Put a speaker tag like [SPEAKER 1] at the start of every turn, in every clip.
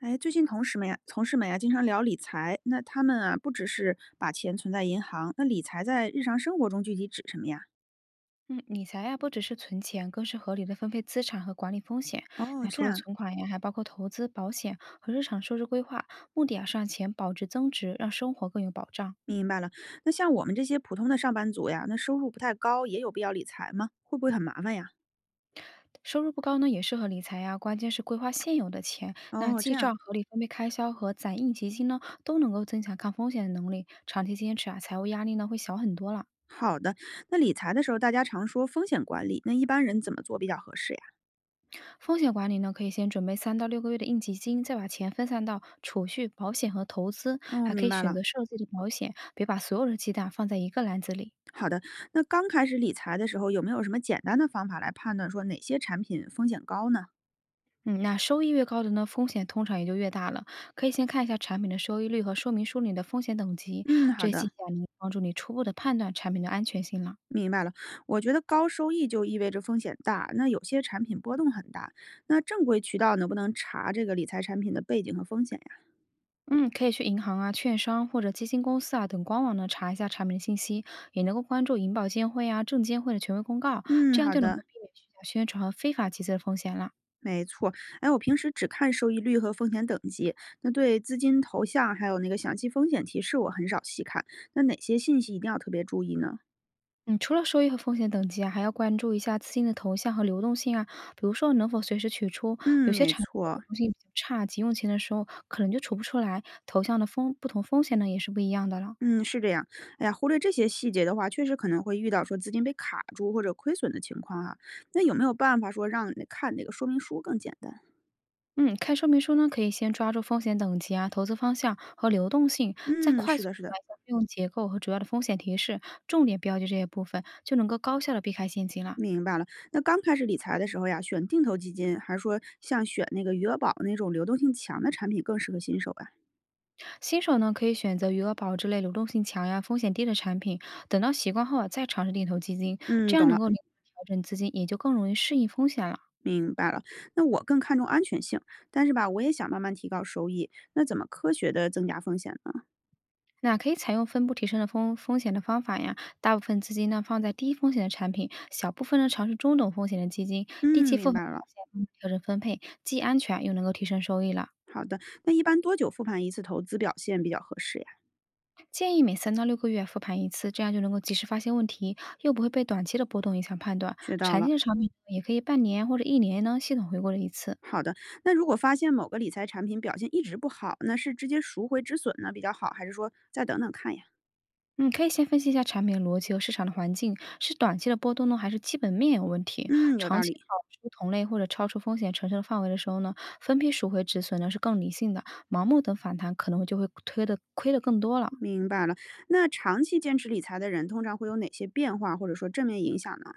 [SPEAKER 1] 哎，最近同事们呀，经常聊理财。那他们啊，不只是把钱存在银行，那理财在日常生活中具体指什么呀？
[SPEAKER 2] 嗯，理财呀，不只是存钱，更是合理的分配资产和管理风险。
[SPEAKER 1] 哦，
[SPEAKER 2] 那除
[SPEAKER 1] 这
[SPEAKER 2] 了
[SPEAKER 1] 样。
[SPEAKER 2] 存款呀，还包括投资、保险和日常收支规划，目的啊是让钱保值增值，让生活更有保障。
[SPEAKER 1] 明白了。那像我们这些普通的上班族呀，那收入不太高，也有必要理财吗？会不会很麻烦呀？
[SPEAKER 2] 收入不高呢，也适合理财呀，关键是规划现有的钱。那
[SPEAKER 1] 哦，
[SPEAKER 2] 记
[SPEAKER 1] 这
[SPEAKER 2] 账、
[SPEAKER 1] 样，
[SPEAKER 2] 合理分配开销和攒应急金呢，都能够增强抗风险的能力，长期坚持啊，财务压力呢会小很多了。
[SPEAKER 1] 好的。那理财的时候，大家常说风险管理，那一般人怎么做比较合适呀？
[SPEAKER 2] 风险管理呢，可以先准备三到六个月的应急金，再把钱分散到储蓄、保险和投资，
[SPEAKER 1] 哦，
[SPEAKER 2] 还可
[SPEAKER 1] 明
[SPEAKER 2] 以
[SPEAKER 1] 白
[SPEAKER 2] 选
[SPEAKER 1] 了。
[SPEAKER 2] 择设计的保险，别把所有的鸡蛋放在一个篮子里。
[SPEAKER 1] 好的，那刚开始理财的时候，有没有什么简单的方法来判断说哪些产品风险高呢？
[SPEAKER 2] 嗯，那收益越高的呢，风险通常也就越大了。可以先看一下产品的收益率和说明书里的风险等级，
[SPEAKER 1] 嗯，
[SPEAKER 2] 这
[SPEAKER 1] 好
[SPEAKER 2] 些信
[SPEAKER 1] 的。
[SPEAKER 2] 息啊能帮助你初步的判断产品的安全性了。
[SPEAKER 1] 明白了，我觉得高收益就意味着风险大，那有些产品波动很大，那正规渠道能不能查这个理财产品的背景和风险呀？
[SPEAKER 2] 嗯，可以去银行啊、券商或者基金公司啊等官网呢查一下产品的信息，也能够关注银保监会啊、证监会的权威公告，
[SPEAKER 1] 嗯，
[SPEAKER 2] 这样
[SPEAKER 1] 好
[SPEAKER 2] 就能够
[SPEAKER 1] 的，
[SPEAKER 2] 避免虚假宣传和非法集资的风险了。
[SPEAKER 1] 没错。哎，我平时只看收益率和风险等级，那对资金投向还有那个详细风险提示我很少细看。那哪些信息一定要特别注意呢？
[SPEAKER 2] 嗯，除了收益和风险等级啊，还要关注一下资金的投向和流动性啊，比如说能否随时取出。有
[SPEAKER 1] 嗯，
[SPEAKER 2] 些
[SPEAKER 1] 没
[SPEAKER 2] 产品的流
[SPEAKER 1] 错。
[SPEAKER 2] 动性比较差，急用钱的时候可能就取不出来。投向的风不同风险呢也是不一样的了。
[SPEAKER 1] 嗯，是这样。哎呀，忽略这些细节的话，确实可能会遇到说资金被卡住或者亏损的情况啊。那有没有办法说让看那个说明书更简单？
[SPEAKER 2] 嗯，看说明书呢，可以先抓住风险等级啊、投资方向和流动性，再
[SPEAKER 1] 嗯，
[SPEAKER 2] 快
[SPEAKER 1] 是
[SPEAKER 2] 速浏
[SPEAKER 1] 的，是的，
[SPEAKER 2] 览一下费用结构和主要的风险提示，重点标记这些部分，就能够高效的避开陷阱了。
[SPEAKER 1] 明白了。那刚开始理财的时候呀，选定投基金，还是说像选那个余额宝那种流动性强的产品更适合新手啊？
[SPEAKER 2] 新手呢，可以选择余额宝之类流动性强呀、风险低的产品，等到习惯后啊，再尝试定投基金，这
[SPEAKER 1] 嗯，
[SPEAKER 2] 样
[SPEAKER 1] 懂
[SPEAKER 2] 能
[SPEAKER 1] 了，
[SPEAKER 2] 够灵活调整资金，也就更容易适应风险了。
[SPEAKER 1] 明白了。那我更看重安全性，但是吧，我也想慢慢提高收益。那怎么科学的增加风险呢？
[SPEAKER 2] 那可以采用分步提升的风险的方法呀，大部分资金呢放在低风险的产品，小部分呢尝试中等风险的基金，定
[SPEAKER 1] 嗯，
[SPEAKER 2] 期复
[SPEAKER 1] 明
[SPEAKER 2] 盘
[SPEAKER 1] 白
[SPEAKER 2] 发
[SPEAKER 1] 了。
[SPEAKER 2] 现，慢慢调整分配，既安全又能够提升收益了。
[SPEAKER 1] 好的，那一般多久复盘一次投资表现比较合适呀？
[SPEAKER 2] 建议每三到六个月复盘一次，这样就能够及时发现问题，又不会被短期的波动影响判断。
[SPEAKER 1] 学到
[SPEAKER 2] 常
[SPEAKER 1] 了。
[SPEAKER 2] 见的产品呢也可以半年或者1年呢系统回顾了一次。
[SPEAKER 1] 好的，那如果发现某个理财产品表现一直不好，那是直接赎回止损呢比较好，还是说再等等看呀？
[SPEAKER 2] 嗯，可以先分析一下产品的逻辑和市场的环境，是短期的波动呢，还是基本面有问题？
[SPEAKER 1] 嗯，有
[SPEAKER 2] 长
[SPEAKER 1] 道
[SPEAKER 2] 期
[SPEAKER 1] 理。
[SPEAKER 2] 跑出同类或者超出风险承受的范围的时候呢，分批赎回止损呢是更理性的，盲目等反弹可能就会推的亏的更多了。
[SPEAKER 1] 明白了，那长期坚持理财的人通常会有哪些变化，或者说正面影响呢？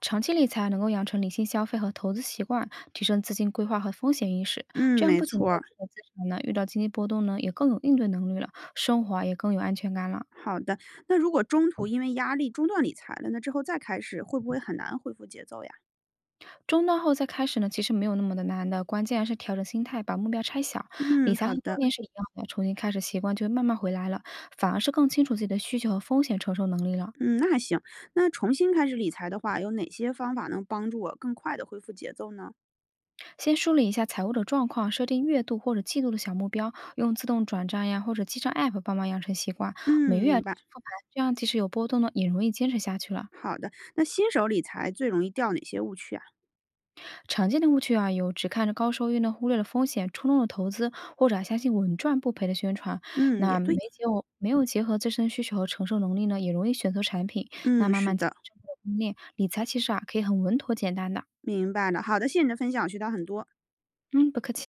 [SPEAKER 2] 长期理财能够养成理性消费和投资习惯，提升资金规划和风险意识，这
[SPEAKER 1] 嗯，
[SPEAKER 2] 样
[SPEAKER 1] 没
[SPEAKER 2] 不仅能
[SPEAKER 1] 错
[SPEAKER 2] 够
[SPEAKER 1] 儿。
[SPEAKER 2] 积累资产呢，遇到经济波动呢也更有应对能力了，生活啊也更有安全感了。
[SPEAKER 1] 好的，那如果中途因为压力中断理财了，那之后再开始会不会很难恢复节奏呀？
[SPEAKER 2] 中断后再开始呢，其实没有那么的难的，关键还是调整心态，把目标拆小。理
[SPEAKER 1] 嗯，
[SPEAKER 2] 财和
[SPEAKER 1] 好
[SPEAKER 2] 锻
[SPEAKER 1] 的，
[SPEAKER 2] 炼是一样的，重新开始习惯就会慢慢回来了，反而是更清楚自己的需求和风险承受能力了。
[SPEAKER 1] 嗯，那还行。那重新开始理财的话，有哪些方法能帮助我更快的恢复节奏呢？
[SPEAKER 2] 先梳理一下财务的状况，设定月度或者季度的小目标，用自动转账呀或者记账 app 帮忙养成习惯，每
[SPEAKER 1] 嗯，
[SPEAKER 2] 月啊
[SPEAKER 1] 明
[SPEAKER 2] 定
[SPEAKER 1] 白。
[SPEAKER 2] 时复盘，这样即使有波动呢，也容易坚持下去了。
[SPEAKER 1] 好的，那新手理财最容易掉哪些误区啊？
[SPEAKER 2] 常见的误区啊，有只看着高收益呢，忽略了风险，冲动的投资，或者啊相信稳赚不赔的宣传。
[SPEAKER 1] 嗯，
[SPEAKER 2] 那
[SPEAKER 1] 也
[SPEAKER 2] 没
[SPEAKER 1] 对，
[SPEAKER 2] 结有没有结合自身需求和承受能力呢，也容易选择产品。那
[SPEAKER 1] 嗯，
[SPEAKER 2] 慢
[SPEAKER 1] 是
[SPEAKER 2] 慢建立
[SPEAKER 1] 的，
[SPEAKER 2] 正确的观念，理财其实啊可以很稳妥简单的。
[SPEAKER 1] 明白了。好的，谢谢你的分享，我学到很多。
[SPEAKER 2] 嗯，不客气。